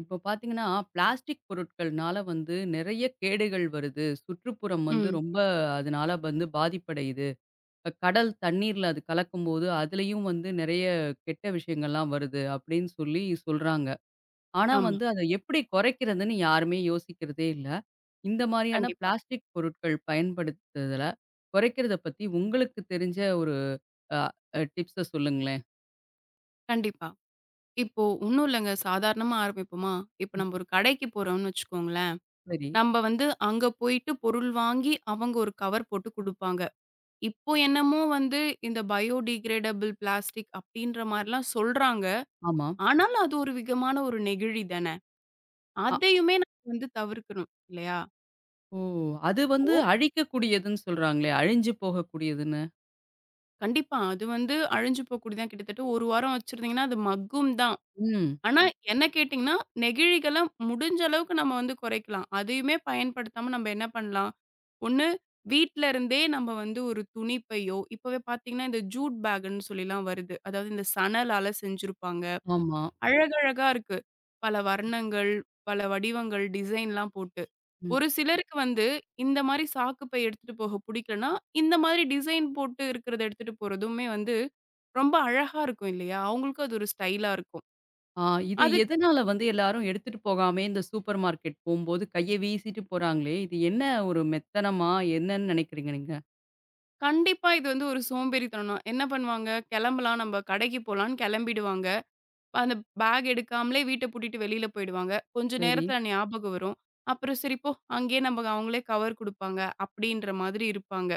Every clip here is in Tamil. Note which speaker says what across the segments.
Speaker 1: இப்போ பார்த்தீங்கன்னா, பிளாஸ்டிக் பொருட்கள்னால வந்து நெறைய கேடுகள் வருது. சுற்றுப்புறம் வந்து
Speaker 2: ம்.
Speaker 1: ரொம்ப அதனால வந்து பாதிப்படையுது. இப்ப கடல் தண்ணீர்ல அது கலக்கும்போது, அதுலயும் வந்து நெறைய கெட்ட விஷயங்கள்லாம் வருது அப்படின்னு சொல்லி சொல்றாங்க. ஆனா
Speaker 2: ஆமா.
Speaker 1: வந்து அத எப்படி குறைக்கிறதுன்னு யாருமே யோசிக்கிறதே இல்ல. இந்த மாரியான
Speaker 2: கண்டிப்பா,
Speaker 1: பிளாஸ்டிக் பொருட்கள் பயன்படுத்துதல குறைக்கிறத பத்தி உங்களுக்கு தெரிஞ்ச ஒரு அ டிப்ஸ சொல்லுங்களேன்?
Speaker 2: கண்டிப்பா. இப்போ ஒண்ணும் இல்லங்க. சாதாரணமா ஆரம்பிப்போமா? இப்ப நம்ம ஒரு கடைக்கு போறோம்னு வச்சுக்கோங்களேன்.
Speaker 1: சரி.
Speaker 2: நம்ம வந்து அங்க போயிட்டு பொருள் வாங்கி, அவங்க ஒரு கவர் போட்டு குடுப்பாங்க. இப்போ என்னமோ வந்து இந்த பயோடிகிரேடபிள் பிளாஸ்டிக் அப்டின்ற மாரிலாம் சொல்றாங்க.
Speaker 1: ஆமா.
Speaker 2: ஆனாலும் அது ஒரு விதமான ஒரு நெகிழி தானே. அதையுமே நம்ம வந்து தவிர்க்கணும். இல்லையா?
Speaker 1: ஓ! அது வந்து
Speaker 2: இப்போ
Speaker 1: அழிக்கக்கூடியதுன்னு சொல்றாங்களே! அழிஞ்சு போகக்கூடியதுன்னு.
Speaker 2: கண்டிப்பா. அது வந்து அழிஞ்சு போகக்கூடியது தான். கிட்டத்தட்ட ஒரு வாரம் வச்சிருந்தீங்கன்னா, அது மக்கும் தான்.
Speaker 1: ம்.
Speaker 2: ஆனா, என்ன கேட்டீங்கன்னா, நெகிழிகள முடிஞ்ச அளவுக்கு நம்ம வந்து குறைக்கலாம். அதையுமே பயன்படுத்தாம நம்ம என்ன பண்ணலாம்? ஒண்ணு வீட்ல இருந்தே நம்ம வந்து ஒரு துணி பையோ, இப்பவே பார்த்தீங்கன்னா, இந்த ஜூட் பேக்குன்னு சொல்லிலாம் வருது. அதாவது இந்த சணலால செஞ்சிருப்பாங்க.
Speaker 1: ஆமா.
Speaker 2: அழகழகா இருக்கு. பல வர்ணங்கள், பல வடிவங்கள், டிசைன்லாம் போட்டு.
Speaker 1: ம்.
Speaker 2: ஒரு சிலருக்கு வந்து இந்த மாரி சாக்கு பை எடுத்துட்டு போக புடிக்கலன்னா, இந்த மாதிரி டிசைன் போட்டு இருக்கிறத எடுத்துட்டு போறதுமே வந்து ரொம்ப அழகா இருக்கும் இல்லையா? அவங்களுக்கும் அது ஒரு ஸ்டைலா இருக்கும்.
Speaker 1: ஆ இது
Speaker 2: அதுக்கு
Speaker 1: எதனால வந்து எல்லாரும் எடுத்துட்டு போகாமயே இந்த சூப்பர் மார்க்கெட் போம்போது கைய வீசிட்டு போறாங்களே! இது என்ன ஒரு மெத்தனமா? என்னன்னு நினைக்கிறீங்க நீங்க?
Speaker 2: கண்டிப்பா இது வந்து ஒரு சோம்பேறித்தனம் தான். என்ன பண்ணுவாங்க, கிளம்பலாம் நம்ம கடைக்கு போலான்னு கிளம்பிடுவாங்க. அந்த பேக் எடுக்காமலே வீட்ட பூட்டிட்டு வெளியில போயிடுவாங்க. கொஞ்ச
Speaker 1: சரி.
Speaker 2: நேரத்துல ஞாபகம் வரும். அப்புறம் சரி போ, அங்கேயே நமக்கு அவங்களே கவர் குடுப்பாங்க அப்படின்ற மாதிரி இருப்பாங்க.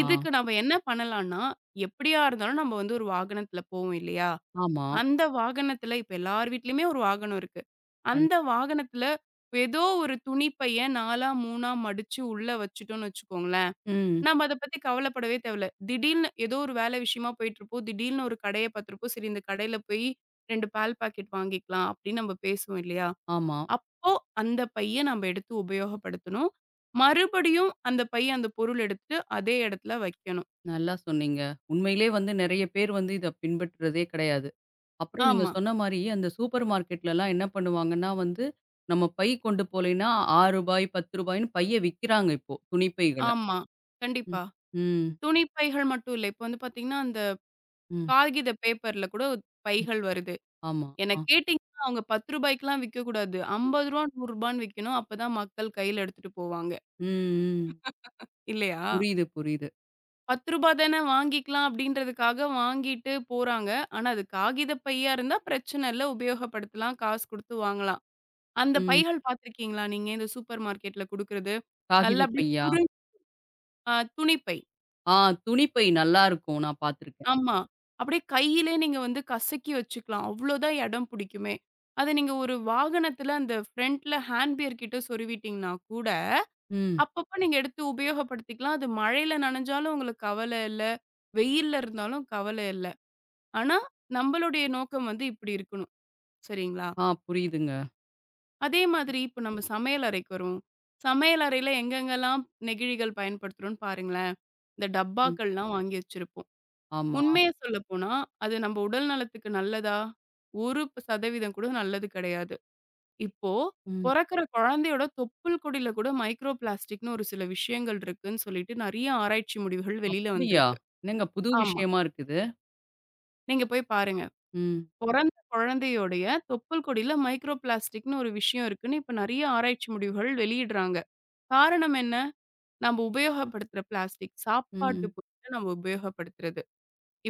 Speaker 1: ஆ.
Speaker 2: இதுக்கு நம்ம என்ன பண்ணலாம்னா, எப்படியா இருந்தாலும் நம்ம வந்து ஒரு வாகனத்துல போவோம் இல்லையா?
Speaker 1: ஆமா.
Speaker 2: அந்த வாகனத்துல இப்ப எல்லார் வீட்லயுமே ஒரு வாகனம் இருக்கு.
Speaker 1: கண்
Speaker 2: அந்த வாகனத்துல ஏதோ ஒரு துணி பைய 4ஆ, 3ஆ மடிச்சு உள்ள வச்சுட்டோம்னு வச்சுக்கோங்களேன்.
Speaker 1: ம்.
Speaker 2: நம்ம அத பத்தி கவலைப்படவே தேவையில்ல. திடீர்னு ஏதோ ஒரு வேலை விஷயமா போயிட்டுருப்போம். திடீர்னு ஒரு கடைய பார்த்துருப்போம். சரி இந்த கடையில போய் 2 பால் பாக்கெட் வாங்கிக்கலாம் அப்படின்னு நம்ம பேசுவோம் இல்லையா?
Speaker 1: ஆமா.
Speaker 2: அப்போ அந்த பைய நம்ம எடுத்து உபயோகப்படுத்தணும். மறுபடியும் அந்த பை அந்த பொருள் எடுத்து அதே இடத்துல வைக்கணும்.
Speaker 1: நல்லா சொன்னீங்க. உண்மையிலே வந்து நெறைய பேர் வந்து இத பின்பற்றுறதே கிடையாது. அப்புறம் நீங்க
Speaker 2: ஆமா,
Speaker 1: சொன்ன மாரி, அந்த சூப்பர் மார்க்கெட்லலாம் என்ன பண்ணுவாங்கன்னா வந்து, நம்ம பை கொண்டு போலேன்னா ரூ. 6, ரூ. 10ன்னு பைய விக்கிறாங்க இப்போ, துணி பைகள.
Speaker 2: ஆமா.
Speaker 1: ம்.
Speaker 2: கண்டிப்பா.
Speaker 1: ம்.
Speaker 2: துணி பைகள் மட்டும் இல்ல. இப்ப வந்து பார்த்தீங்கன்னா, அந்த
Speaker 1: ம்.
Speaker 2: காகித பேப்பர்ல கூட பைகள் வருது.
Speaker 1: ஆமா.
Speaker 2: என்ன
Speaker 1: ஆ.
Speaker 2: கேட்டீங்கன்னா, அவங்க ரூ. 10க்குலாம் விக்கக்கூடாது. ரூ. 50, ரூ. 100ன்னு விக்கணும். அப்பதான் மக்கள் கையில எடுத்துட்டு போவாங்க.
Speaker 1: ம். ம்.
Speaker 2: இல்லையா?
Speaker 1: புரியுது, புரியுது.
Speaker 2: ரூ. 10 தானே வாங்கிக்கலாம் அப்படின்றதுக்காக வாங்கிட்டு போறாங்க. ஆனா அது காகித பையா இருந்தா பிரச்சனை இல்ல. உபயோகப்படுத்தலாம். காசு குடுத்து வாங்கலாம். அந்த
Speaker 1: ம்.
Speaker 2: பைகள் பார்த்துருக்கீங்களா நீங்க? இந்த சூப்பர் மார்க்கெட்ல குடுக்குறது. நல்லா
Speaker 1: காகித
Speaker 2: அப்படியே
Speaker 1: பையா?
Speaker 2: சுருள் துணிப்பை.
Speaker 1: ஆ துணி பை நல்லா இருக்கும். நான் பார்த்துருக்கேன்.
Speaker 2: ஆமா. அப்படியே கையிலே நீங்க வந்து கசக்கி வச்சுக்கலாம். அவ்வளோதான் இடம் புடிக்குமே. அத நீங்க ஒரு வாகனத்துல அந்த ஃப்ரண்ட்ல ஹேண்ட் பியர் கிட்ட சொருவிட்டீங்கன்னா கூட,
Speaker 1: ம்.
Speaker 2: அப்பப்ப நீங்க எடுத்து உபயோகப்படுத்திக்கலாம். அது மழையில நனைஞ்சாலும் உங்களுக்கு கவல இல்ல. வெயில்ல இருந்தாலும் கவல இல்ல. ஆனா, நம்மளுடைய நோக்கம் வந்து இப்டி இருக்கணும். சரிங்களா?
Speaker 1: ஆ புரியுதுங்க.
Speaker 2: அதே மாதிரி இப்ப நம்ம சமையல் அறைக்கு வருவோம். சமையல் அறையில எங்கெங்கெல்லாம் நெகிழிகள் பயன்படுத்துறோம்ன்னு பாருங்களேன். இந்த
Speaker 1: ம்.
Speaker 2: டப்பாக்கள்லாம் வாங்கி வச்சிருப்போம்.
Speaker 1: ஆமா.
Speaker 2: உண்மைய சொல்லப்போனா, அது நம்ம உடல் நலத்துக்கு நல்லதா? 1% கூட நல்லது கிடையாது. இப்போ
Speaker 1: ம்.
Speaker 2: பொறக்கிற குழந்தையோட தொப்புள் கொடியில கூட மைக்ரோ பிளாஸ்டிக்ன்னு ஒரு சில விஷயங்கள் இருக்குன்னு சொல்லிட்டு நெறைய ஆராய்ச்சி முடிவுகள் வெளியில
Speaker 1: அப்படியா?
Speaker 2: வந்திருக்கு.
Speaker 1: என்னங்க புது
Speaker 2: ஆமா.
Speaker 1: விஷயமா இருக்குது.
Speaker 2: நீங்க போய் பாருங்க.
Speaker 1: ம்.
Speaker 2: பொறந்த குழந்தையுடைய தொப்புள் கொடியில மைக்ரோ பிளாஸ்டிக்னு ஒரு விஷயம் இருக்குன்னு இப்ப நெறைய ஆராய்ச்சி முடிவுகள் வெளியிடுறாங்க. காரணம் என்ன? நம்ம உபயோகப்படுத்துற பிளாஸ்டிக். சாப்பாட்டு
Speaker 1: ம்.
Speaker 2: பொருட்கள நம்ம உபயோகப்படுத்துறது.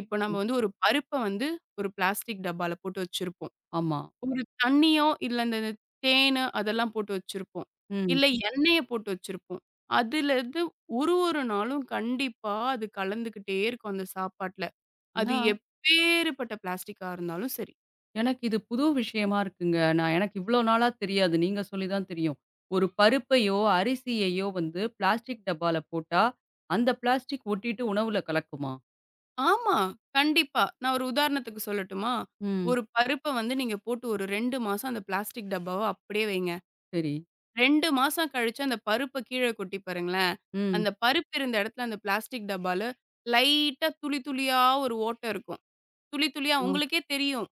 Speaker 2: இப்ப நம்ம
Speaker 1: ம்.
Speaker 2: வந்து ஒரு பருப்ப வந்து ஒரு பிளாஸ்டிக் டப்பால போட்டு வச்சிருப்போம்.
Speaker 1: ஆமா.
Speaker 2: ஒரு தண்ணியோ, இல்ல இந்த தேனு அதெல்லாம் போட்டு வச்சிருப்போம்.
Speaker 1: ம்.
Speaker 2: இல்ல எண்ணெய போட்டு வச்சிருப்போம். அதுலருந்து ஒரு ஒரு நாளும் கண்டிப்பா அது கலந்துகிட்டே இருக்கும் அந்த சாப்பாட்ல. அது
Speaker 1: ஆனா
Speaker 2: எப்பேறுபட்ட பிளாஸ்டிக்கா இருந்தாலும் சரி.
Speaker 1: எனக்கு இது புது விஷயமா இருக்குங்க. நான் எனக்கு இவ்ளோ நாளா தெரியாது. நீங்க சொல்லி தான் தெரியும். ஒரு பருப்பையோ, அரிசியையோ வந்து பிளாஸ்டிக் டப்பால போட்டா, அந்த பிளாஸ்டிக் ஒட்டிட்டு உணவுல கலக்குமா?
Speaker 2: ஆமா. கண்டிப்பா. நான் ஒரு உதாரணத்துக்கு சொல்லட்டுமா?
Speaker 1: ம்.
Speaker 2: ஒரு பருப்ப வந்து நீங்க போட்டு ஒரு 2 மாசம் அந்த பிளாஸ்டிக் டப்பாவ அப்படியே வைங்க.
Speaker 1: சரி.
Speaker 2: 2 மாசம் கழிச்சு அந்த பருப்ப கீழ கொட்டி பாருங்களேன்.
Speaker 1: ம்.
Speaker 2: அந்த பருப்பு இருந்த இடத்துல அந்த பிளாஸ்டிக் டப்பால லைட்டா துளி துளியா ஒரு ஓட்டை இருக்கும். துளி துளியா
Speaker 1: ஆ.
Speaker 2: உங்களுக்கே தெரியும்.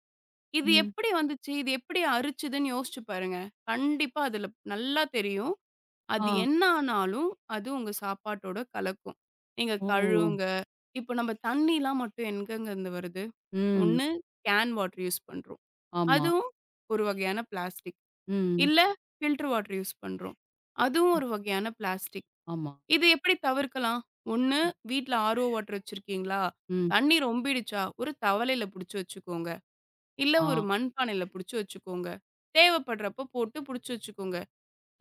Speaker 2: இது
Speaker 1: ம்.
Speaker 2: எப்படி வந்துச்சு? இது எப்படி அரிச்சுதுன்னு யோசிச்சு பாருங்க. கண்டிப்பா அதுல நல்லா தெரியும். அது
Speaker 1: ஆ.
Speaker 2: என்ன ஆனாலும் அது உங்க சாப்பாட்டோட கலக்கும். நீங்க
Speaker 1: ஓ!
Speaker 2: கழுவுங்க. இப்போ நம்ம தண்ணிலாம் மட்டும் எங்கேங்கருந்து வருது?
Speaker 1: ம்.
Speaker 2: ஒண்ணு கேன் வாட்டர் யூஸ் பண்றோம்.
Speaker 1: ஆமா.
Speaker 2: அதுவும் ஒரு வகையான பிளாஸ்டிக்.
Speaker 1: ம்.
Speaker 2: இல்ல ஃபில்டர் வாட்டர் யூஸ் பண்றோம். அதுவும்
Speaker 1: ம்.
Speaker 2: ஒரு வகையான பிளாஸ்டிக்.
Speaker 1: ஆமா.
Speaker 2: இது எப்படி தவிர்க்கலாம்? ஒண்ணு வீட்ல ஆர்ஓ வாட்டர் வச்சிருக்கீங்களா?
Speaker 1: ம்.
Speaker 2: தண்ணி ரொம்பிடுச்சா, ஒரு தவலையில புடிச்சு வச்சுக்கோங்க. இல்ல
Speaker 1: ஆ.
Speaker 2: ஒரு மண்பானையில புடிச்சு வச்சுக்கோங்க. தேவைப்படுறப்ப போட்டு புடிச்சு வச்சுக்கோங்க.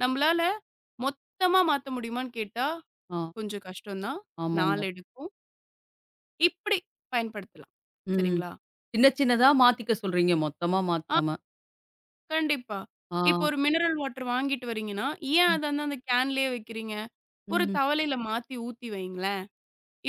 Speaker 2: நம்மளால மொத்தமா மாத்த முடியுமான்னு கேட்டா,
Speaker 1: ஆ.
Speaker 2: கொஞ்சம் கஷ்டம் தான்.
Speaker 1: ஆமாங்க.
Speaker 2: நாள் எடுக்கும். இப்படி பயன்படுத்தலாம்.
Speaker 1: ம்.
Speaker 2: சரிங்களா?
Speaker 1: சின்ன சின்னதா மாத்திக்க சொல்றீங்க. மொத்தமா மாத்தாம.
Speaker 2: கண்டிப்பா.
Speaker 1: ஆ.
Speaker 2: இப்போ ஒரு மினரல் வாட்டர் வாங்கிட்டு வரீங்கன்னா, ஏன்
Speaker 1: ம்.
Speaker 2: அத வந்து அந்த கேன்லயே வைக்கிறீங்க? ஒரு
Speaker 1: ம்.
Speaker 2: தவலையில மாத்தி ஊத்தி வையுங்களேன்.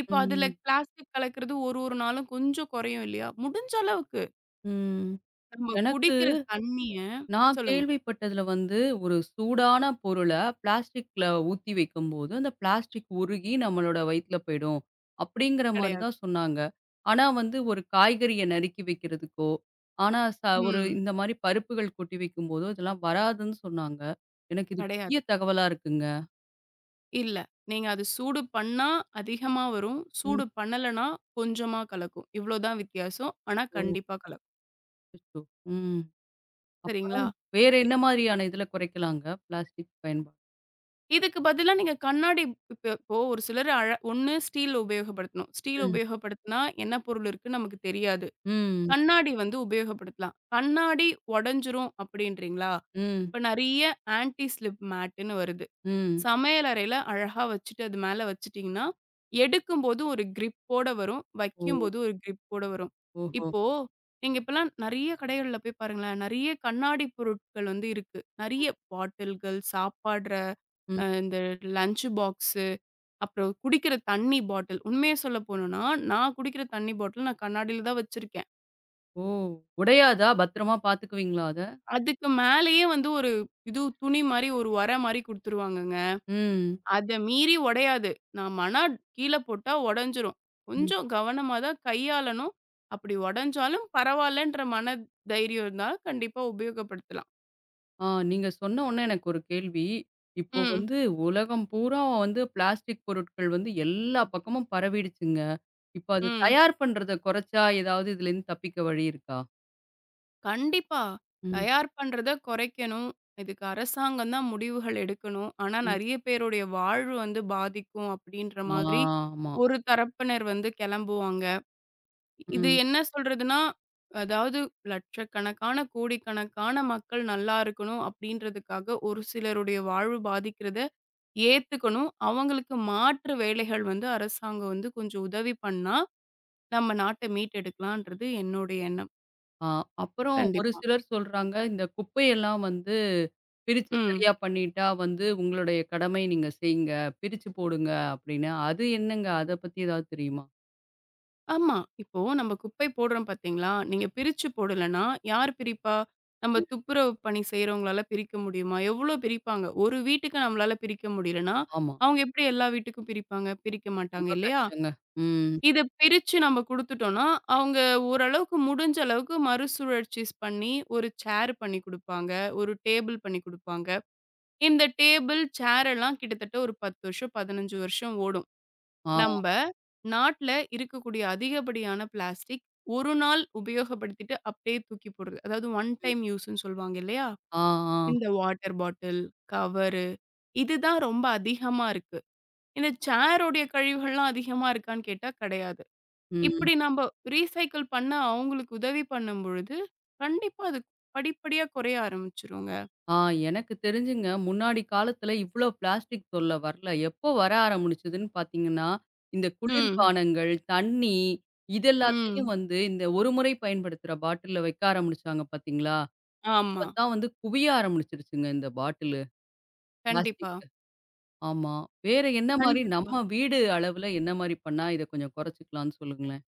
Speaker 2: இப்போ அதுல
Speaker 1: ம்.
Speaker 2: பிளாஸ்டிக் கலக்கிறது ஒரு ஒரு நாளும் கொஞ்சம் குறையும் இல்லையா? முடிஞ்ச அளவுக்கு
Speaker 1: ம்.
Speaker 2: நம்ம
Speaker 1: எனக்கு
Speaker 2: குடிக்கிற தண்ணிய
Speaker 1: நான்
Speaker 2: சொல்லுங்க.
Speaker 1: கேள்விப்பட்டதுல வந்து, ஒரு சூடான பொருள பிளாஸ்டிக்ல ஊத்தி வைக்கும்போது, அந்த பிளாஸ்டிக் உருகி நம்மளோட வயித்துல போயிடும். அப்படிங்கிற மாரி
Speaker 2: கிடையாது.
Speaker 1: தான் சொன்னாங்க. ஆனா வந்து ஒரு காய்கறிய நறுக்கி வைக்கிறதுக்கோ, ஆனா ஒரு
Speaker 2: ம்.
Speaker 1: இந்த மாரி பருப்புகள் கொட்டி வைக்கும்போதோ, இதெல்லாம் வராதுன்னு சொன்னாங்க. எனக்கு இது புதிய
Speaker 2: கிடையாது.
Speaker 1: தகவலா இருக்குங்க.
Speaker 2: இல்ல. நீங்க அது சூடு பண்ணா அதிகமா வரும்.
Speaker 1: ம்.
Speaker 2: சூடு பண்ணலன்னா கொஞ்சமா கலக்கும். இவ்ளோ தான் வித்தியாசம். ஆனா
Speaker 1: ஓ!
Speaker 2: கண்டிப்பா கலக்கும்.
Speaker 1: அச்சச்சோ! ம். அப்புறம்
Speaker 2: சரிங்களா?
Speaker 1: வேற என்ன மாதிரியான இதுல குறைக்கலாங்க பிளாஸ்டிக் பயன்பாடு?
Speaker 2: இதுக்கு பதிலா நீங்க கண்ணாடி இப்போ ஒரு சிலர் ஒண்ணு ஸ்டீல் உபயோகப்படுத்தணும். ஸ்டீல்
Speaker 1: ம்.
Speaker 2: உபயோகப்படுத்தினா என்ன பொருள் இருக்குன்னு நமக்கு தெரியாது.
Speaker 1: ம்.
Speaker 2: கண்ணாடி வந்து உபயோகப்படுத்தலாம். கண்ணாடி உடைஞ்சிரும் அப்படின்றீங்களா?
Speaker 1: ம்.
Speaker 2: இப்ப நெறைய ஆன்டி ஸ்லிப் மேட்டுன்னு வருது.
Speaker 1: ம்.
Speaker 2: சமையல் அறையில அழகா வச்சுட்டு அது மேல வச்சுட்டீங்கன்னா, எடுக்கும்போது ஒரு கிரிப்போட வரும்.
Speaker 1: ஓ!
Speaker 2: வைக்கும்போது ஒரு கிரிப்போட வரும்.
Speaker 1: ஓஹோ!
Speaker 2: இப்போ நீங்க இப்பலாம் நெறைய கடைகள்ல போய் பாருங்களேன். நெறைய கண்ணாடி பொருட்கள் வந்து இருக்கு. நெறைய பாட்டில்கள், சாப்பாடு
Speaker 1: ம்.
Speaker 2: இந்த லஞ்ச் பாக்ஸு, அப்புறம் குடிக்கிற தண்ணி பாட்டில். உண்மைய சொல்ல போணும்னா, நான் குடிக்கிற தண்ணி பாட்டில் நான் கண்ணாடில தான் வச்சிருக்கேன்.
Speaker 1: ஓ! உடையாதா? பத்திரமா பாத்துக்குவீங்களா அத?
Speaker 2: அதுக்கு மேலேயே வந்து ஒரு இது துணி மாரி, ஒரு ஒர மாரி குடுத்துருவாங்கங்க.
Speaker 1: ம்.
Speaker 2: அத மீறி உடையாது. நான் மனா கீழ போட்டா உடைஞ்சிரும்.
Speaker 1: ம்.
Speaker 2: கொஞ்சம் கவனமா தான் கையாளணும். அப்படி உடைஞ்சாலும் பரவாயில்லன்ற மன தைரியம் இருந்தா கண்டிப்பா உபயோகப்படுத்தலாம்.
Speaker 1: ஆ நீங்க சொன்ன உடனே எனக்கு ஒரு கேள்வி. இப்போ
Speaker 2: ம்,
Speaker 1: வந்து உலகம் பூரா வந்து பிளாஸ்டிக் பொருட்கள் வந்து எல்லா பக்கமும் பரவிடுச்சுங்க. இப்போ அது
Speaker 2: ம்.
Speaker 1: தயார் பண்றத குறைச்சா ஏதாவது இதுலேருந்து தப்பிக்க வழி இருக்கா?
Speaker 2: கண்டிப்பா.
Speaker 1: ம்,
Speaker 2: தயார் பண்றத குறைக்கணும். இதுக்கு அரசாங்கம் தான் முடிவுகள் எடுக்கணும். ஆனா
Speaker 1: ம்.
Speaker 2: நெறைய பேருடைய வாழ்வு வந்து பாதிக்கும் அப்டின்ற மாதிரி
Speaker 1: ஆமா.
Speaker 2: ஒரு தரப்பினர் வந்து கெளம்புவாங்க. இது
Speaker 1: ம்.
Speaker 2: என்ன சொல்றதுன்னா, அதாவது லட்சக்கணக்கான, கோடிக்கணக்கான மக்கள் நல்லா இருக்கணும் அப்டின்றதுக்காக ஒரு சிலருடைய வாழ்வு பாதிக்கிறத ஏத்துக்கணும். அவங்களுக்கு மாற்று வேலைகள் வந்து அரசாங்கம் வந்து கொஞ்சம் உதவி பண்ணா, நம்ம நாட்ட மீட்டெடுக்கலான்றது என்னோட எண்ணம்.
Speaker 1: ஆ அப்புறம் ஒரு
Speaker 2: கண்டிப்பா.
Speaker 1: சிலர் சொல்றாங்க, இந்த குப்பையெல்லாம் வந்து பிரிச்சு
Speaker 2: ம்.
Speaker 1: சரியா பண்ணிட்டா வந்து உங்களுடைய கடமை நீங்க செய்யுங்க. பிரிச்சு போடுங்க அப்படின்னு. அது என்னங்க? அத பத்தி ஏதாவது தெரியுமா?
Speaker 2: ஆமா. இப்போ நம்ம குப்பை போடுறோம் பார்த்தீங்களா? நீங்க பிரிச்சு போடலன்னா, யார் பிரிப்பா? நம்ம துப்புரவு பணி செய்றவங்களால பிரிக்க முடியுமா? எவ்ளோ பிரிப்பாங்க? ஒரு வீட்டுக்கு நம்மளால பிரிக்க முடியலன்னா,
Speaker 1: ஆமா.
Speaker 2: அவங்க எப்படி எல்லா வீட்டுக்கும் பிரிப்பாங்க? பிரிக்க மாட்டாங்க
Speaker 1: ரொம்ப
Speaker 2: இல்லையா?
Speaker 1: கஷ்டங்க. ம்.
Speaker 2: இத பிரிச்சு நம்ம குடுத்துட்டோம்னா, அவங்க ஓரளவுக்கு முடிஞ்ச அளவுக்கு மறுசுழற்சி பண்ணி, ஒரு சேர் பண்ணி குடுப்பாங்க. ஒரு டேபிள் பண்ணி குடுப்பாங்க. இந்த டேபிள், சேர் எல்லாம் கிட்டத்தட்ட ஒரு 10 வருஷம், 15 வருஷம் ஓடும்.
Speaker 1: ஆ,
Speaker 2: நம்ப நாட்ல இருக்கக்கூடிய அதிகப்படியான பிளாஸ்டிக் ஒரு நாள் உபயோகப்படுத்திட்டு அப்படியே தூக்கி போடுறது. அதாவது ஒன்
Speaker 1: ம்.
Speaker 2: டைம் யூஸ்ன்னு சொல்லுவாங்க இல்லையா?
Speaker 1: ஆ, ஆ.
Speaker 2: இந்த வாட்டர் பாட்டில், கவரு இதுதான் ரொம்ப அதிகமா இருக்கு. இந்த சேருடைய கழிவுகள்லாம் அதிகமா இருக்கான்னு கேட்டா கிடையாது.
Speaker 1: ம்.
Speaker 2: இப்படி நம்ப ரீசைக்கிள் பண்ண அவங்களுக்கு உதவி பண்ணும் பொழுது, கண்டிப்பா அது படிப்படியா குறைய ஆரம்பிச்சுருங்க.
Speaker 1: ஆ எனக்கு தெரிஞ்சுங்க, முன்னாடி காலத்துல இவ்ளோ பிளாஸ்டிக் தொல்ல வரல. எப்போ வர ஆரம்பிச்சதுன்னு பார்த்தீங்கன்னா, இந்த
Speaker 2: ம்,
Speaker 1: குளிர்பானங்கள், தண்ணி இது எல்லாத்தையும்
Speaker 2: ம்.
Speaker 1: வந்து இந்த ஒரு முறை பயன்படுத்துற பாட்டில்ல வைக்க ஆரம்பிச்சாங்க பார்த்தீங்களா?
Speaker 2: ஆமா.
Speaker 1: அப்பதான் வந்து குவிய ஆரம்பிச்சுருச்சுங்க இந்த பாட்டிலு,
Speaker 2: கண்டிப்பா,
Speaker 1: பிளாஸ்டிக்கு. ஆமா. வேற என்ன மாரி
Speaker 2: கண்டிப்பா.
Speaker 1: நம்ம வீடு அளவுல என்ன மாரி பண்ணா இத கொஞ்சம் குறைச்சுக்கலாம்னு சொல்லுங்களேன்?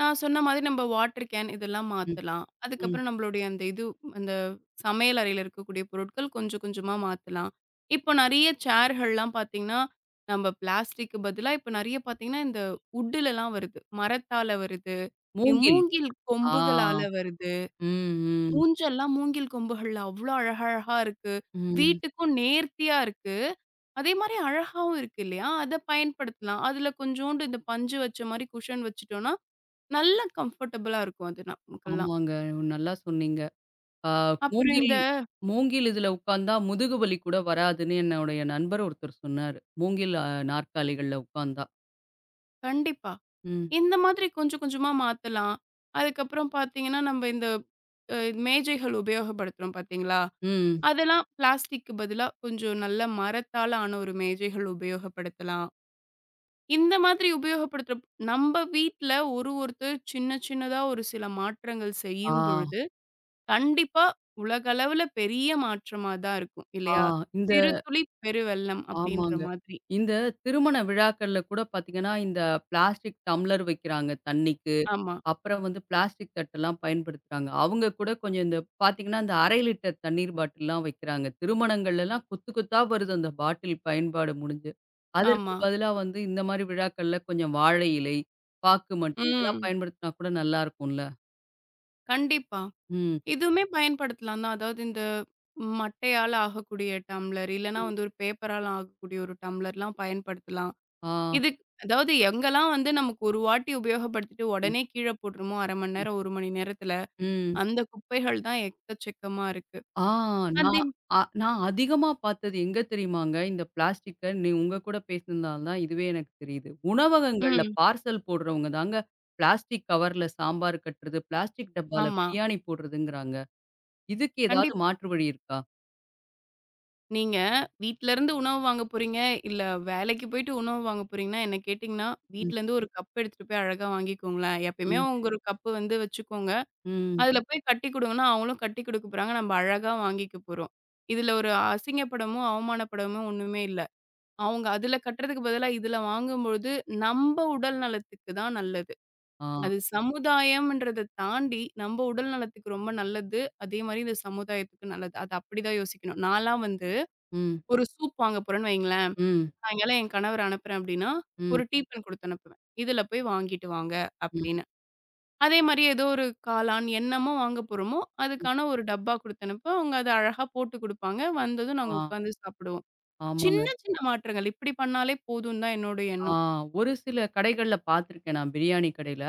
Speaker 2: நான் சொன்ன மாதிரி நம்ம வாட்டர் கேன் இதெல்லாம்
Speaker 1: ம்,
Speaker 2: மாத்தலாம்.
Speaker 1: ம்.
Speaker 2: அதுக்கப்புறம் நம்மளுடைய அந்த இது அந்த சமையல் அறையில இருக்கக்கூடிய பொருட்கள் கொஞ்சம் கொஞ்சமா மாத்தலாம். இப்போ நெறைய சேர்கள்லாம் பார்த்தீங்கன்னா, நம்ம பிளாஸ்டிக்கு பதிலா இப்போ நெறைய பார்த்தீங்கன்னா, இந்த வுட்டுலலாம் வருது. மரத்தால வருது.
Speaker 1: மூங்கில்.
Speaker 2: மூங்கில்
Speaker 1: ஆ.
Speaker 2: கொம்புகளால வருது.
Speaker 1: ம், ம்,
Speaker 2: ஊஞ்சல்லாம் மூங்கில் கொம்புகள்ல அவ்ளோ அழகழகா இருக்கு.
Speaker 1: ம்.
Speaker 2: வீட்டுக்கும் நேர்த்தியா இருக்கு. அதே மாரி அழகாவும் இருக்கு இல்லையா? அத பயன்படுத்தலாம். அதுல கொஞ்சோண்டு இந்த பஞ்சு வச்ச மாரி குஷன் வச்சுட்டோம்னா, நல்ல கம்ஃபர்டபுளா இருக்கும் அது நமக்கெல்லாம்.
Speaker 1: ஆமாங்க. நல்லா சொன்னீங்க. ஆ
Speaker 2: அப்புறம்
Speaker 1: மூங்கில்
Speaker 2: இந்த
Speaker 1: மூங்கில் இதுல உட்கார்ந்தா முதுகு வலி கூட வராதுன்னு என்னுடைய நண்பர் ஒருத்தர் சொன்னாரு. மூங்கில் நாற்காலிகள்ல உட்கார்ந்தா.
Speaker 2: கண்டிப்பா.
Speaker 1: ம்.
Speaker 2: இந்த மாதிரி கொஞ்சம் கொஞ்சமா மாத்தலாம். அதுக்கப்புறம் பார்த்தீங்கன்னா, நம்ம இந்த அ மேஜைகள் உபயோகப்படுத்துறோம் பார்த்தீங்களா?
Speaker 1: ம்.
Speaker 2: அதெல்லாம் பிளாஸ்டிக்கு பதிலா கொஞ்சம் நல்ல மரத்தால ஆன ஒரு மேஜைகள் உபயோகப்படுத்தலாம். இந்த மாதிரி உபயோகப்படுத்துற நம்ம வீட்ல ஒரு ஒருத்தர் சின்ன சின்னதா ஒரு சில மாற்றங்கள்
Speaker 1: ஆ,
Speaker 2: செய்யும் பொழுது, கண்டிப்பா உலகளவுல பெரிய மாற்றமா தான் இருக்கும்
Speaker 1: ஆ
Speaker 2: இல்லையா?
Speaker 1: இந்த
Speaker 2: "சிறு துளி பெருவெள்ளம்" அப்படின்ற
Speaker 1: ஆமாங்க.
Speaker 2: மாதிரி.
Speaker 1: இந்த திருமண விழாக்கள்ல கூட பார்த்தீங்கன்னா, இந்த பிளாஸ்டிக் டம்ளர் வைக்கிறாங்க தண்ணிக்கு.
Speaker 2: ஆமா.
Speaker 1: அப்புறம் வந்து பிளாஸ்டிக் தட்டெல்லாம் பயன்படுத்துறாங்க. அவங்க கூட கொஞ்சம் இந்த பார்த்தீங்கன்னா, இந்த 1/2 லிட்டர் தண்ணீர் பாட்டில்லாம் வைக்கிறாங்க. திருமணங்கள்லலாம் குத்து குத்தா வருது அந்த பாட்டில் பயன்பாடு முடிஞ்சு. அதற்கு
Speaker 2: ஆமா.
Speaker 1: பதிலா வந்து இந்த மாரி விழாக்கள்ல கொஞ்சம் வாழை இலை, பாக்கு மட்டை இதெல்லாம்
Speaker 2: ம்.
Speaker 1: பயன்படுத்தினா கூட நல்லாருக்கும்ல.
Speaker 2: கண்டிப்பா.
Speaker 1: ம்.
Speaker 2: இதுவுமே பயன்படுத்தலாம் தான். அதாவது இந்த மட்டையால ஆகக்கூடிய டம்ளர், இல்லன்னா
Speaker 1: ம்.
Speaker 2: வந்து ஒரு பேப்பரால ஆகக்கூடிய ஒரு டம்ளர்லாம் பயன்படுத்தலாம்.
Speaker 1: ஆ.
Speaker 2: அதாவது எங்கெல்லாம் வந்து நமக்கு ஒரு வாட்டி உபயோகப்படுத்திட்டு
Speaker 1: ம்.
Speaker 2: உடனே கீழ போட்டுருமோ, 1/2 மணி
Speaker 1: ம்.
Speaker 2: நேரம், 1 மணி நேரத்துல,
Speaker 1: ம்.
Speaker 2: அந்த குப்பைகள் தான் எக்கச்சக்கமா இருக்கு.
Speaker 1: ஆ
Speaker 2: அதே
Speaker 1: நான் நான் அதிகமா பார்த்தது எங்க தெரியுமாங்க? இந்த பிளாஸ்டிக்க நீ உங்க கூட பேசினதுனால தான் இதுவே எனக்கு தெரியுது. உணவகங்கள்ல
Speaker 2: ம்.
Speaker 1: பார்சல் போடுறவங்க தாங்க பிளாஸ்டிக் கவர்ல சாம்பார் கட்டுறது, பிளாஸ்டிக் டப்பால
Speaker 2: ஆமா.
Speaker 1: பிரியாணி போடுறதுங்கிறாங்க. இதுக்கு ஏதாவது
Speaker 2: கண்டிப்பா.
Speaker 1: மாற்று வழி இருக்கா?
Speaker 2: நீங்க வீட்லருந்து உணவு வாங்க போறீங்க, இல்ல வேலைக்கு போயிட்டு உணவு வாங்க போறீங்கன்னா, என்ன கேட்டீங்கன்னா,
Speaker 1: ம்,
Speaker 2: வீட்லருந்து ஒரு கப் எடுத்துட்டு போய் அழகா வாங்கிக்கோங்களேன். எப்பயுமே
Speaker 1: ம்,
Speaker 2: உங்க ஒரு கப்பு வந்து வச்சுக்கோங்க.
Speaker 1: ம்.
Speaker 2: அதுல போய் கட்டி குடுங்கன்னா, அவங்களும் கட்டி குடுக்க போறாங்க. நம்ம அழகா வாங்கிக்க போறோம். இதுல ஒரு அசிங்கப்படமும், அவமானப்படமும் ஒண்ணுமே இல்ல. அவங்க அதுல கட்டுறதுக்கு பதிலா இதுல வாங்கும்பொழுது, நம்ப உடல் நலத்துக்கு தான் நல்லது.
Speaker 1: ஆ.
Speaker 2: அது சமுதாயம்ன்றத தாண்டி, நம்ப உடல் நலத்துக்கு ரொம்ப நல்லது. அதே மாரி இந்த சமுதாயத்துக்கு நல்லது. அது அப்படிதான் யோசிக்கணும். நான்லாம் வந்து
Speaker 1: ம்,
Speaker 2: ஒரு சூப் வாங்க போறேன்னு வைங்களேன்.
Speaker 1: ம்,
Speaker 2: சாயங்காலம் என் கணவர அனுப்புறேன் அப்டின்னா,
Speaker 1: ம்,
Speaker 2: ஒரு டீப்பன் குடுத்து அனுப்புவேன். "இதுல போய் வாங்கிட்டு வாங்க"
Speaker 1: ம்,
Speaker 2: அப்படின்னு. அதே மாரி ஏதோ ஒரு காளான் என்னமோ வாங்க போறோமோ,
Speaker 1: ம்.
Speaker 2: அதுக்கான ஒரு டப்பா குடுத்து அனுப்புவேன். அவங்க அத அழகா போட்டு குடுப்பாங்க. வந்ததும் நாங்க
Speaker 1: ஆ,
Speaker 2: உட்காந்து சாப்பிடுவோம்.
Speaker 1: ஆமாங்க.
Speaker 2: சின்ன சின்ன மாற்றங்கள். இப்படி பண்ணாலே போதும் தான் என்னோட
Speaker 1: ஆ
Speaker 2: எண்ணம்.
Speaker 1: ஒரு சில கடைகள்ல பார்த்துருக்கேன் நான் பிரியாணி கடையில.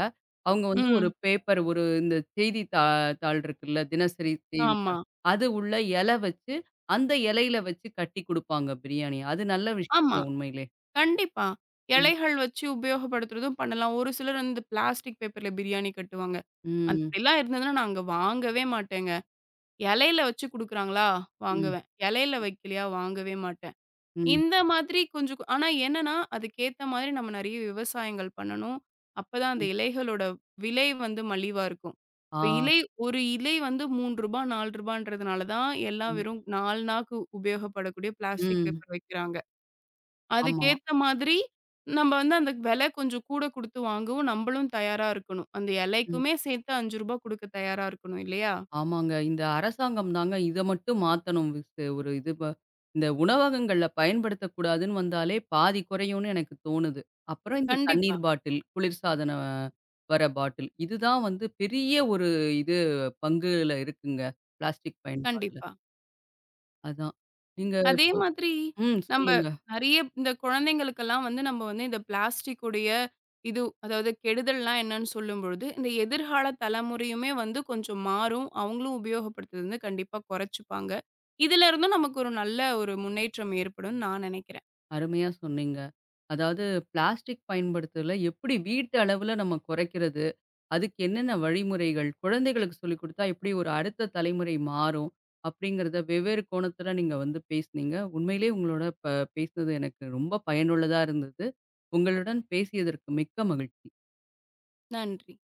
Speaker 1: அவங்க வந்து ஒரு
Speaker 2: ம்.
Speaker 1: பேப்பர் ஒரு இந்த செய்தி தாள் இருக்குல்ல, தினசரி
Speaker 2: ஆமா.
Speaker 1: செய்தித்தாள். அது உள்ள இலை வச்சு, அந்த இலையில வச்சு கட்டி குடுப்பாங்க பிரியாணி. அது நல்ல விஷயம்
Speaker 2: ஆமா.
Speaker 1: இல்ல உண்மையிலே.
Speaker 2: கண்டிப்பா.
Speaker 1: ம்.
Speaker 2: இலைகள் வச்சு உபயோகப்படுத்துறதும் பண்ணலாம். ஒரு சிலர் வந்து பிளாஸ்டிக் பேப்பர்ல பிரியாணி கட்டுவாங்க.
Speaker 1: ம்.
Speaker 2: அப்படிலாம் இருந்ததுன்னா நான் அங்க வாங்கவே மாட்டேங்க. இலையில வச்சு குடுக்குறாங்களா?
Speaker 1: ம்.
Speaker 2: வாங்குவேன். இலையில வைக்கலையா? வாங்கவே மாட்டேன்.
Speaker 1: ம்.
Speaker 2: இந்த மாதிரி கொஞ்சம் ஆனா என்னன்னா, அதுக்கேத்த மாதிரி நம்ம நெறைய விவசாயங்கள் பண்ணணும். அப்பதான் அந்த
Speaker 1: ம்.
Speaker 2: இலைகளோட விலை வந்து மலிவா இருக்கும்.
Speaker 1: ஆ.
Speaker 2: இப்ப இலை ஒரு இலை வந்து ரூ. 3 ரூ. 4ன்றதுனால தான் எல்லாம்
Speaker 1: ம்.
Speaker 2: வெறும் 4 நாக்கு உபயோகப்படக்கூடிய பிளாஸ்டிக்
Speaker 1: ம்.
Speaker 2: பேப்பர் வைக்கிறாங்க.
Speaker 1: ஆமா.
Speaker 2: அதுக்கேத்த மாதிரி நம்ம வந்து அந்த விலை கொஞ்சம் கூட குடுத்து வாங்கவும் நம்மளும் தயாரா இருக்கணும். அந்த இலைக்குமே சேர்த்து ரூ. 5 குடுக்க தயாரா இருக்கணும் இல்லையா?
Speaker 1: ஆமாங்க. இந்த அரசாங்கம் தாங்க இத மட்டும் மாத்தணும். விசு ஒரு இது ப இந்த உணவகங்கள்ல பயன்படுத்தக்கூடாதுன்னு வந்தாலே பாதி குறையும்னு எனக்கு தோணுது. அப்புறம் இந்த
Speaker 2: கண்டிப்பா,
Speaker 1: தண்ணீர் பாட்டில், குளிர்சாதன வர பாட்டில் இதுதான் வந்து பெரிய ஒரு இது பங்குல இருக்குங்க. பிளாஸ்டிக் பயன்பாடுல.
Speaker 2: கண்டிப்பா.
Speaker 1: அதான். நீங்க
Speaker 2: அதே
Speaker 1: இப்போ
Speaker 2: மாதிரி
Speaker 1: ம்.
Speaker 2: நம்ப
Speaker 1: சொல்லுங்க.
Speaker 2: நெறைய இந்த குழந்தைங்களுக்கெல்லாம் வந்து நம்ம வந்து இந்த பிளாஸ்டிக் உடைய இது அதாவது கெடுதல்னா என்னன்னு சொல்லும்பொழுது, இந்த எதிர்கால தலைமுறையுமே வந்து கொஞ்சம் மாறும். அவங்களும் உபயோகப்படுத்துறது வந்து கண்டிப்பா குறைச்சுப்பாங்க. இதுலருந்தும் நமக்கு ஒரு நல்ல ஒரு முன்னேற்றம் ஏற்படும்னு நான் நினைக்கிறேன்.
Speaker 1: அருமையா சொன்னீங்க. அதாவது பிளாஸ்டிக் பயன்படுத்துதல எப்படி வீட்டு அளவுல நம்ம குறைக்கிறது? அதுக்கு என்னென்ன வழிமுறைகள்? குழந்தைகளுக்கு சொல்லிக் குடுத்தா எப்படி ஒரு அடுத்த தலைமுறை மாறும்? அப்படிங்கிறத வெவ்வேறு கோணத்துல நீங்க வந்து பேசுனீங்க. உண்மையிலேயே உங்களோட பேசுனது எனக்கு ரொம்ப பயனுள்ளதா இருந்தது. உங்களுடன் பேசியதற்கு மிக்க மகிழ்ச்சி.
Speaker 2: நன்றி.